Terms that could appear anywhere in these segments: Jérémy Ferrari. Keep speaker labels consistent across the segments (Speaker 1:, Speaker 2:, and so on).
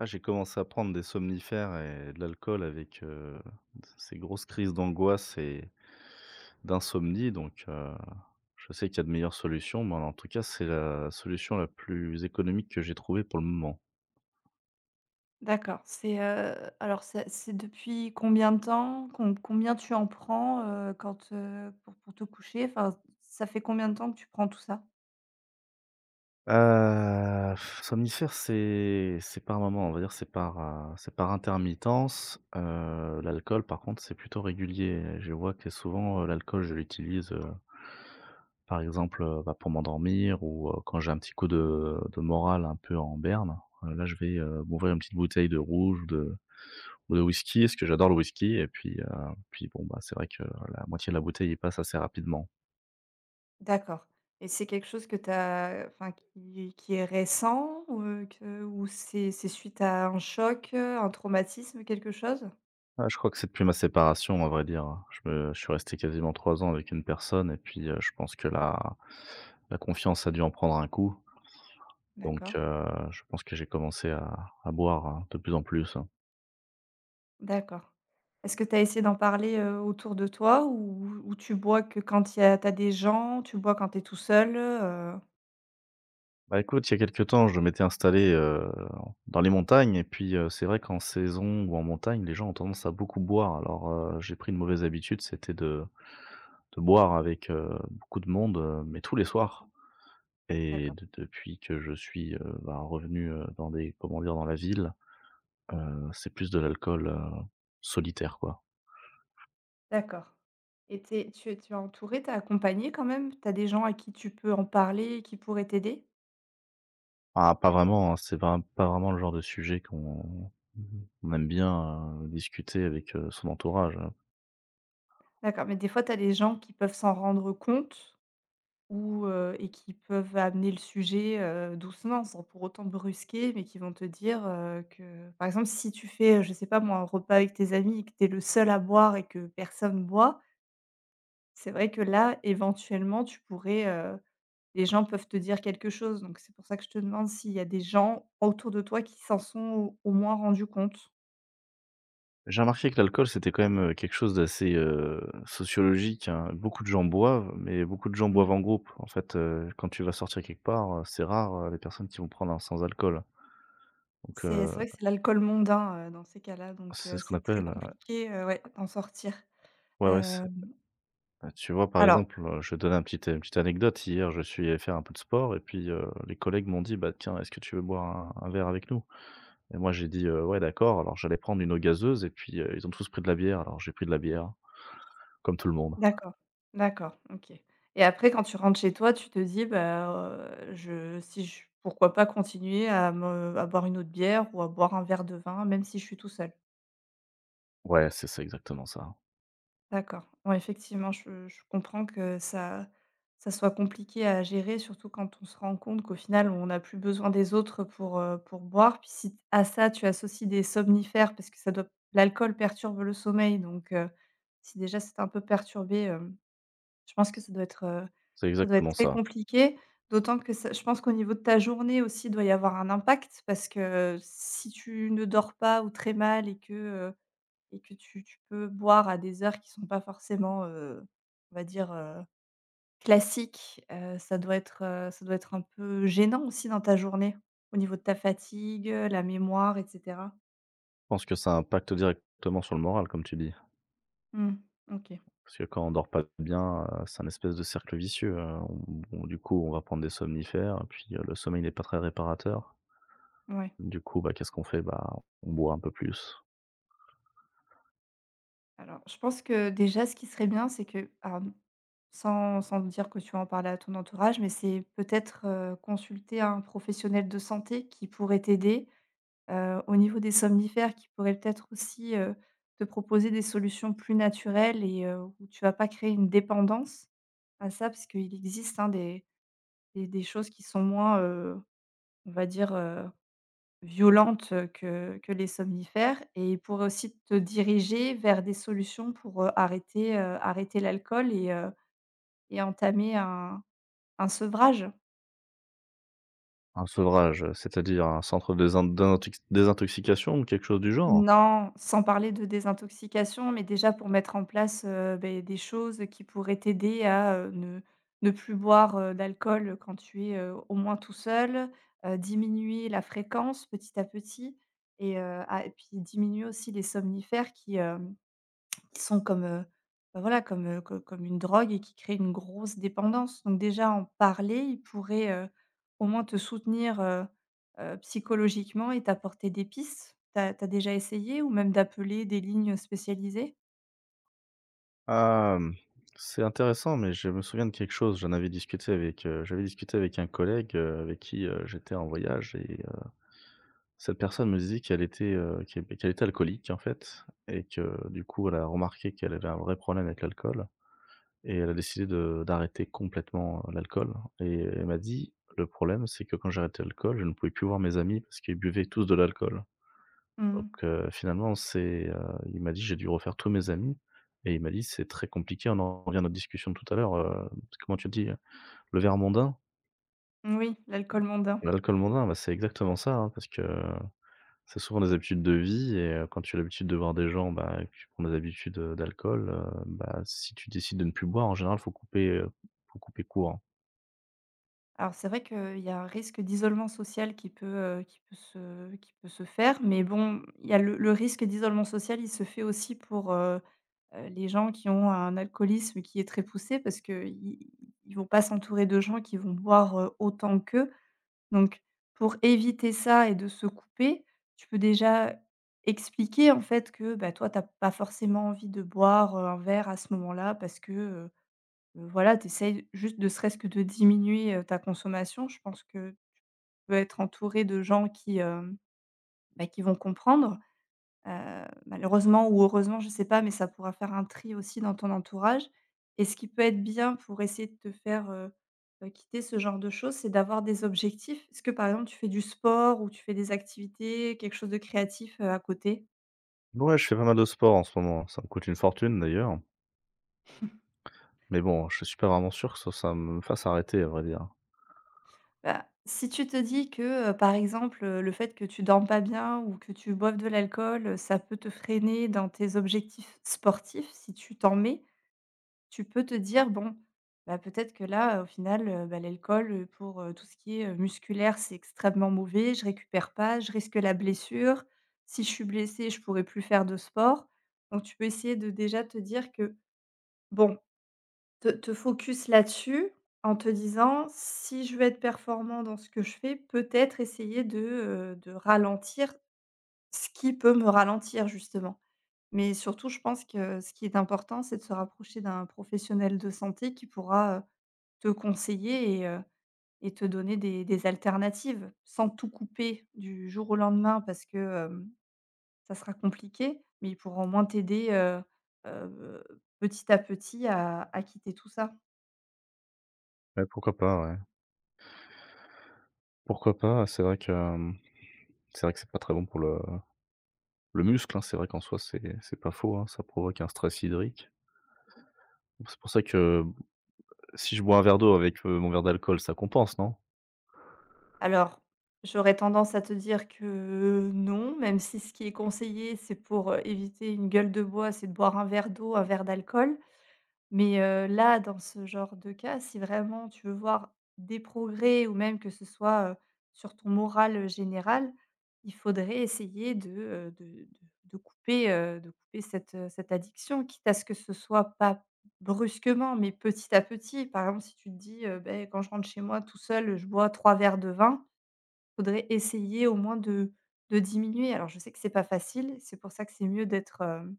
Speaker 1: Ah, j'ai commencé à prendre des somnifères et de l'alcool avec, ces grosses crises d'angoisse et d'insomnie, donc je sais qu'il y a de meilleures solutions, mais en tout cas, c'est la solution la plus économique que j'ai trouvée pour le moment.
Speaker 2: D'accord, c'est, alors c'est depuis combien de temps? Combien tu en prends, quand, pour te coucher? Enfin, ça fait combien de temps que tu prends tout ça?
Speaker 1: Heu, somnifères, c'est par moments, on va dire, c'est par intermittence. L'alcool, par contre, c'est plutôt régulier. Je vois que souvent, l'alcool, je l'utilise, par exemple, bah, pour m'endormir ou, quand j'ai un petit coup de morale un peu en berne, là, je vais, m'ouvrir une petite bouteille de rouge ou de whisky, parce que j'adore le whisky et puis, puis bon, bah, c'est vrai que la moitié de la bouteille y passe assez rapidement.
Speaker 2: D'accord, et c'est quelque chose que t'as enfin qui est récent ou, que ou c'est suite à un choc, un traumatisme, quelque chose?
Speaker 1: Ah, je crois que c'est depuis ma séparation, à vrai dire, hein. Je suis resté quasiment 3 ans avec une personne et puis, je pense que la confiance a dû en prendre un coup, donc
Speaker 2: D'accord,
Speaker 1: je pense que j'ai commencé à boire, hein, de plus en plus, hein.
Speaker 2: d'accord. Est-ce que tu as essayé d'en parler, autour de toi ou tu bois que quand il tu as des gens? Tu bois quand tu es tout seul,
Speaker 1: Bah, écoute, il y a quelques temps, je m'étais installé, dans les montagnes et puis, c'est vrai qu'en saison ou en montagne, les gens ont tendance à beaucoup boire. Alors, j'ai pris une mauvaise habitude, c'était de boire avec, beaucoup de monde, mais tous les soirs. Et
Speaker 2: D'accord.
Speaker 1: de depuis que je suis, ben, revenu, dans des, comment dire, dans la ville, c'est plus de l'alcool, solitaire, quoi.
Speaker 2: D'accord, et tu es tu es tu es entourée, tu es accompagnée quand même? Tu as des gens à qui tu peux en parler, qui pourraient t'aider?
Speaker 1: Ah, pas vraiment, hein, c'est pas vraiment le genre de sujet qu'on on aime bien, discuter avec, son entourage, hein.
Speaker 2: D'accord, mais des fois, tu as des gens qui peuvent s'en rendre compte ou et qui peuvent amener le sujet, doucement sans pour autant brusquer, mais qui vont te dire, que par exemple, si tu fais, je sais pas moi, un repas avec tes amis et que tu es le seul à boire et que personne boit, c'est vrai que là, éventuellement, tu pourrais, les gens peuvent te dire quelque chose, donc c'est pour ça que je te demande s'il y a des gens autour de toi qui s'en sont au moins rendus compte.
Speaker 1: J'ai remarqué que l'alcool, c'était quand même, quelque chose d'assez, sociologique, hein. Beaucoup de gens boivent, mais beaucoup de gens
Speaker 2: Mmh.
Speaker 1: boivent en groupe. En fait, quand tu vas sortir quelque part, c'est rare, les personnes qui vont prendre un sans alcool. Donc,
Speaker 2: C'est vrai que c'est l'alcool mondain, dans ces cas-là, donc
Speaker 1: c'est ce qu'on
Speaker 2: c'est très
Speaker 1: appelle,
Speaker 2: compliqué, ouais, d'en sortir.
Speaker 1: ouais, ouais, c'est...
Speaker 2: Hem,
Speaker 1: Bah, tu vois, par
Speaker 2: alors
Speaker 1: exemple, je vais te donner un petit une petite anecdote. Hier, je suis allé faire un peu de sport et puis, les collègues m'ont dit: «Bah, tiens, est-ce que tu veux boire un verre avec nous?» Et moi, j'ai dit: ouais, d'accord.» Alors, j'allais prendre une eau gazeuse et puis, ils ont tous pris de la bière. Alors, j'ai pris de la bière, comme tout le monde.
Speaker 2: d'accord, d'accord, OK, et après quand tu rentres chez toi, tu te dis: «Bah, je si je pourquoi pas continuer à me à boire une autre bière ou à boire un verre de vin, même si je suis tout seul?»
Speaker 1: Ouais, c'est ça, exactement ça.
Speaker 2: D'accord. Ouais, effectivement, je comprends que ça ça soit compliqué à gérer, surtout quand on se rend compte qu'au final, on n'a plus besoin des autres pour boire. Puis si à ça, tu associes des somnifères parce que ça doit l'alcool perturbe le sommeil donc si déjà c'est un peu perturbé, hem, je pense que
Speaker 1: C'est
Speaker 2: ça doit être
Speaker 1: exactement
Speaker 2: très
Speaker 1: ça.
Speaker 2: compliqué. D'autant que ça je pense qu'au niveau de ta journée aussi, il doit y avoir un impact parce que si tu ne dors pas ou très mal et que tu tu peux boire à des heures qui sont pas forcément, on va dire, classiques, ça doit être un peu gênant aussi dans ta journée, au niveau de ta fatigue, la mémoire et cetera?
Speaker 1: Je pense que ça impacte directement sur le moral, comme tu dis.
Speaker 2: Mmh, OK,
Speaker 1: Parce que quand on dort pas bien, c'est un espèce de cercle vicieux, on on du coup, on va prendre des somnifères, puis, le sommeil n'est pas très réparateur.
Speaker 2: ouais.
Speaker 1: Du coup, bah, qu'est-ce qu'on fait? Bah, on boit un peu plus.
Speaker 2: Alors, je pense que déjà ce qui serait bien, c'est que alors, sans sans dire que tu vas en parler à ton entourage, mais c'est peut-être, consulter un professionnel de santé qui pourrait t'aider au niveau des somnifères qui pourraient peut-être aussi, te proposer des solutions plus naturelles et où tu vas pas créer une dépendance à ça. Parce qu'il existe, hein, des des choses qui sont moins, on va dire, violentes, que les somnifères et ils pourraient aussi te diriger vers des solutions pour, arrêter, arrêter l'alcool et entamer un sevrage.
Speaker 1: Un sevrage, c'est-à-dire un centre de désintoxication ou quelque chose du genre?
Speaker 2: Non, sans parler de désintoxication, mais déjà pour mettre en place, beh, des choses qui pourraient t'aider à, ne ne plus boire, d'alcool quand tu es, au moins tout seul, diminuer la fréquence petit à petit et ah et puis diminuer aussi les somnifères qui, hem qui sont comme, bah, voilà, comme, co comme une drogue et qui créent une grosse dépendance. Donc déjà en parler, ils pourraient, au moins te soutenir, psychologiquement et t'apporter des pistes. T'as as déjà essayé ou même d'appeler des lignes spécialisées?
Speaker 1: Hem, c'est intéressant, mais je me souviens de quelque chose. J'avais discuté avec un collègue, avec qui, j'étais en voyage. Et cette personne me dit qu'elle était, qu'elle était alcoolique, en fait, et que, du coup, elle a remarqué qu'elle avait un vrai problème avec l'alcool et elle a décidé de d'arrêter complètement, l'alcool, et elle m'a dit: «Le problème, c'est que quand j'ai arrêté l'alcool, je ne pouvais plus voir mes amis parce qu'ils buvaient tous de l'alcool.» Donc
Speaker 2: Mmh.
Speaker 1: finalement, c'est, il m'a dit: «J'ai dû refaire tous mes amis» et il m'a dit: «C'est très compliqué.» On en revient à notre discussion de tout à l'heure, comment tu dis? Le verre mondain,
Speaker 2: Oui, l'alcool mondain.
Speaker 1: l'alcool mondain, bah, c'est exactement ça, hein, parce que c'est souvent des habitudes de vie et quand tu as l'habitude de voir des gens, bah, et que tu prends des habitudes, d'alcool, bah, si tu décides de ne plus boire, en général, faut couper court.
Speaker 2: Alors c'est vrai qu'il y a un risque d'isolement social qui peut se faire, mais bon, il y a le risque d'isolement social, il se fait aussi pour, les gens qui ont un alcoolisme qui est très poussé parce qu'ils ils vont pas s'entourer de gens qui vont boire, autant qu'eux. Donc pour éviter ça et de se couper, tu peux déjà expliquer en fait que, bah, toi, tu as pas forcément envie de boire, un verre à ce moment-là parce que, euh, voilà, tu essayes juste de serait-ce que de diminuer, ta consommation. Je pense que tu peux être entouré de gens qui, hem, bah, qui vont comprendre. Malheureusement ou heureusement, je ne sais pas, mais ça pourra faire un tri aussi dans ton entourage et ce qui peut être bien pour essayer de te faire, quitter ce genre de choses, c'est d'avoir des objectifs. Est-ce que, par exemple, tu fais du sport ou tu fais des activités, quelque chose de créatif, à côté?
Speaker 1: Ouais, je fais pas mal de sport en ce moment, ça me coûte une fortune d'ailleurs, mais bon, je suis pas vraiment sûr que ça me fasse arrêter, à vrai dire.
Speaker 2: Bah, si tu te dis que, par exemple, le fait que tu dors pas bien ou que tu boives de l'alcool, ça peut te freiner dans tes objectifs sportifs, si tu t'en mets, tu peux te dire: «Bon, bah, peut-être que là, au final, bah, l'alcool, pour, tout ce qui est, musculaire, c'est extrêmement mauvais, je récupère pas, je risque la blessure. Si je suis blessée, je pourrais plus faire de sport». Donc tu peux essayer de déjà te dire que, bon, te te focus là-dessus en te disant: «Si je veux être performant dans ce que je fais, peut-être essayer de ralentir ce qui peut me ralentir», justement. Mais surtout, je pense que ce qui est important, c'est de se rapprocher d'un professionnel de santé qui pourra, te conseiller et te donner des alternatives. Sans tout couper du jour au lendemain parce que, hem, ça sera compliqué, mais il pourra au moins t'aider, heu, petit à petit à quitter tout ça.
Speaker 1: Ouais, pourquoi pas, ouais. Pourquoi pas? C'est vrai que, hem c'est vrai que c'est pas très bon pour le muscle, hein. C'est vrai qu'en soi, c'est pas faux, hein, ça provoque un stress hydrique. C'est pour ça que si je bois un verre d'eau avec, mon verre d'alcool, ça compense, non?
Speaker 2: Alors, j'aurais tendance à te dire que non, même si ce qui est conseillé, c'est pour, éviter une gueule de bois, c'est de boire un verre d'eau, un verre d'alcool. Mais, là, dans ce genre de cas, si vraiment tu veux voir des progrès ou même que ce soit, sur ton moral, général, il faudrait essayer de de couper cette, cette addiction, quitte à ce que ce soit pas brusquement, mais petit à petit. Par exemple, si tu te dis, «Beh, quand je rentre chez moi tout seul, je bois 3 verres de vin», faudrait essayer au moins de diminuer. Alors je sais que c'est pas facile, c'est pour ça que c'est mieux d'être, hem,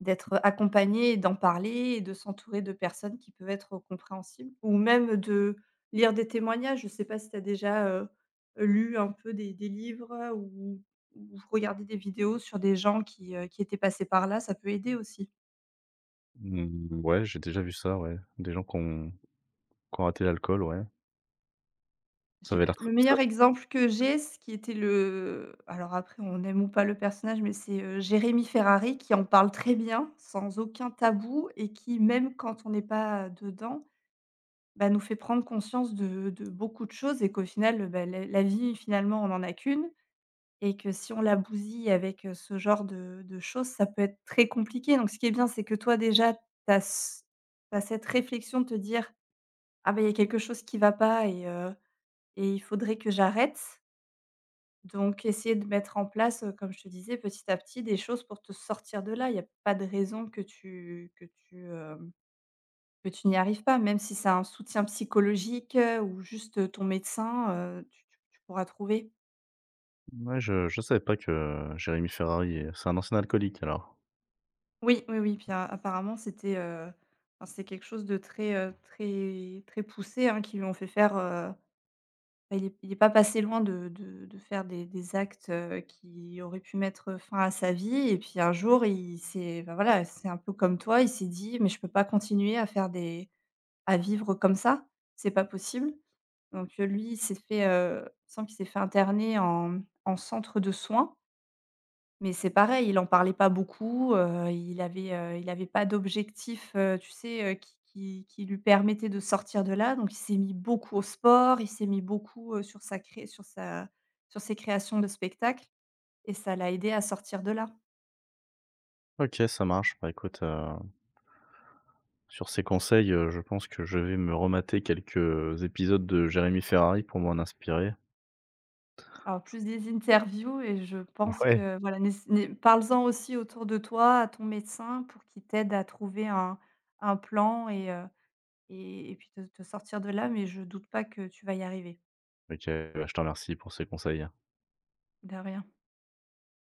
Speaker 2: d'être accompagné et d'en parler et de s'entourer de personnes qui peuvent être compréhensibles ou même de lire des témoignages. Je sais pas si tu as déjà, lu un peu des livres ou regardé des vidéos sur des gens qui étaient passés par là, ça peut aider aussi.
Speaker 1: Mmh, ouais, j'ai déjà vu ça, ouais. Des gens qui ont raté l'alcool, ouais. Ça
Speaker 2: J'ai
Speaker 1: avait l'air très
Speaker 2: le
Speaker 1: ça...
Speaker 2: meilleur exemple que j'ai, ce qui était le alors après on aime ou pas le personnage, mais c'est, Jérémy Ferrari qui en parle très bien, sans aucun tabou et qui même quand on n'est pas dedans, bah, nous fait prendre conscience de beaucoup de choses et qu'au final, bah, la la vie finalement on n'en a qu'une et que si on la bousille avec, ce genre de choses, ça peut être très compliqué. Donc ce qui est bien, c'est que toi déjà tu as cette réflexion de te dire: «Ah, ben il y a quelque chose qui va pas et et il faudrait que j'arrête». Donc essayer de mettre en place, comme je te disais, petit à petit des choses pour te sortir de là. Il n'y a pas de raison que tu hem, que tu n'y arrives pas, même si c'est un soutien psychologique, ou juste, ton médecin, tu tu tu pourras trouver.
Speaker 1: Ouais, je savais pas que Jérémy Ferrari, c'est un ancien alcoolique, alors.
Speaker 2: Oui, oui, oui, puis a apparemment c'était, enfin c'est quelque chose de très, très très poussé, hein, qu'ils lui ont fait faire, bah, il est pas passé loin de de faire des actes, qui auraient pu mettre, fin à sa vie et puis un jour, il s'est bah, voilà, c'est un peu comme toi, il s'est dit: «Mais je peux pas continuer à faire des à vivre comme ça, c'est pas possible». Donc, lui, il s'est fait, il me semble qu'il s'est fait interner en en centre de soins. Mais c'est pareil, il en parlait pas beaucoup, il avait pas d'objectif, tu sais, qui qui lui permettait de sortir de là. Donc il s'est mis beaucoup au sport, il s'est mis beaucoup, sur sa cré sur sa sur ses créations de spectacles et ça l'a aidé à sortir de là.
Speaker 1: OK, ça marche. Bah, écoute, sur ces conseils, je pense que je vais me remater quelques épisodes de Jérémy Ferrari pour m'en inspirer.
Speaker 2: Alors plus des interviews et je pense
Speaker 1: Ouais.
Speaker 2: que voilà, n'ess n'é parles-en aussi autour de toi, à ton médecin pour qu'il t'aide à trouver un plan et puis te te sortir de là, mais je doute pas que tu vas y arriver.
Speaker 1: OK, bah, je te remercie pour ces conseils.
Speaker 2: De rien.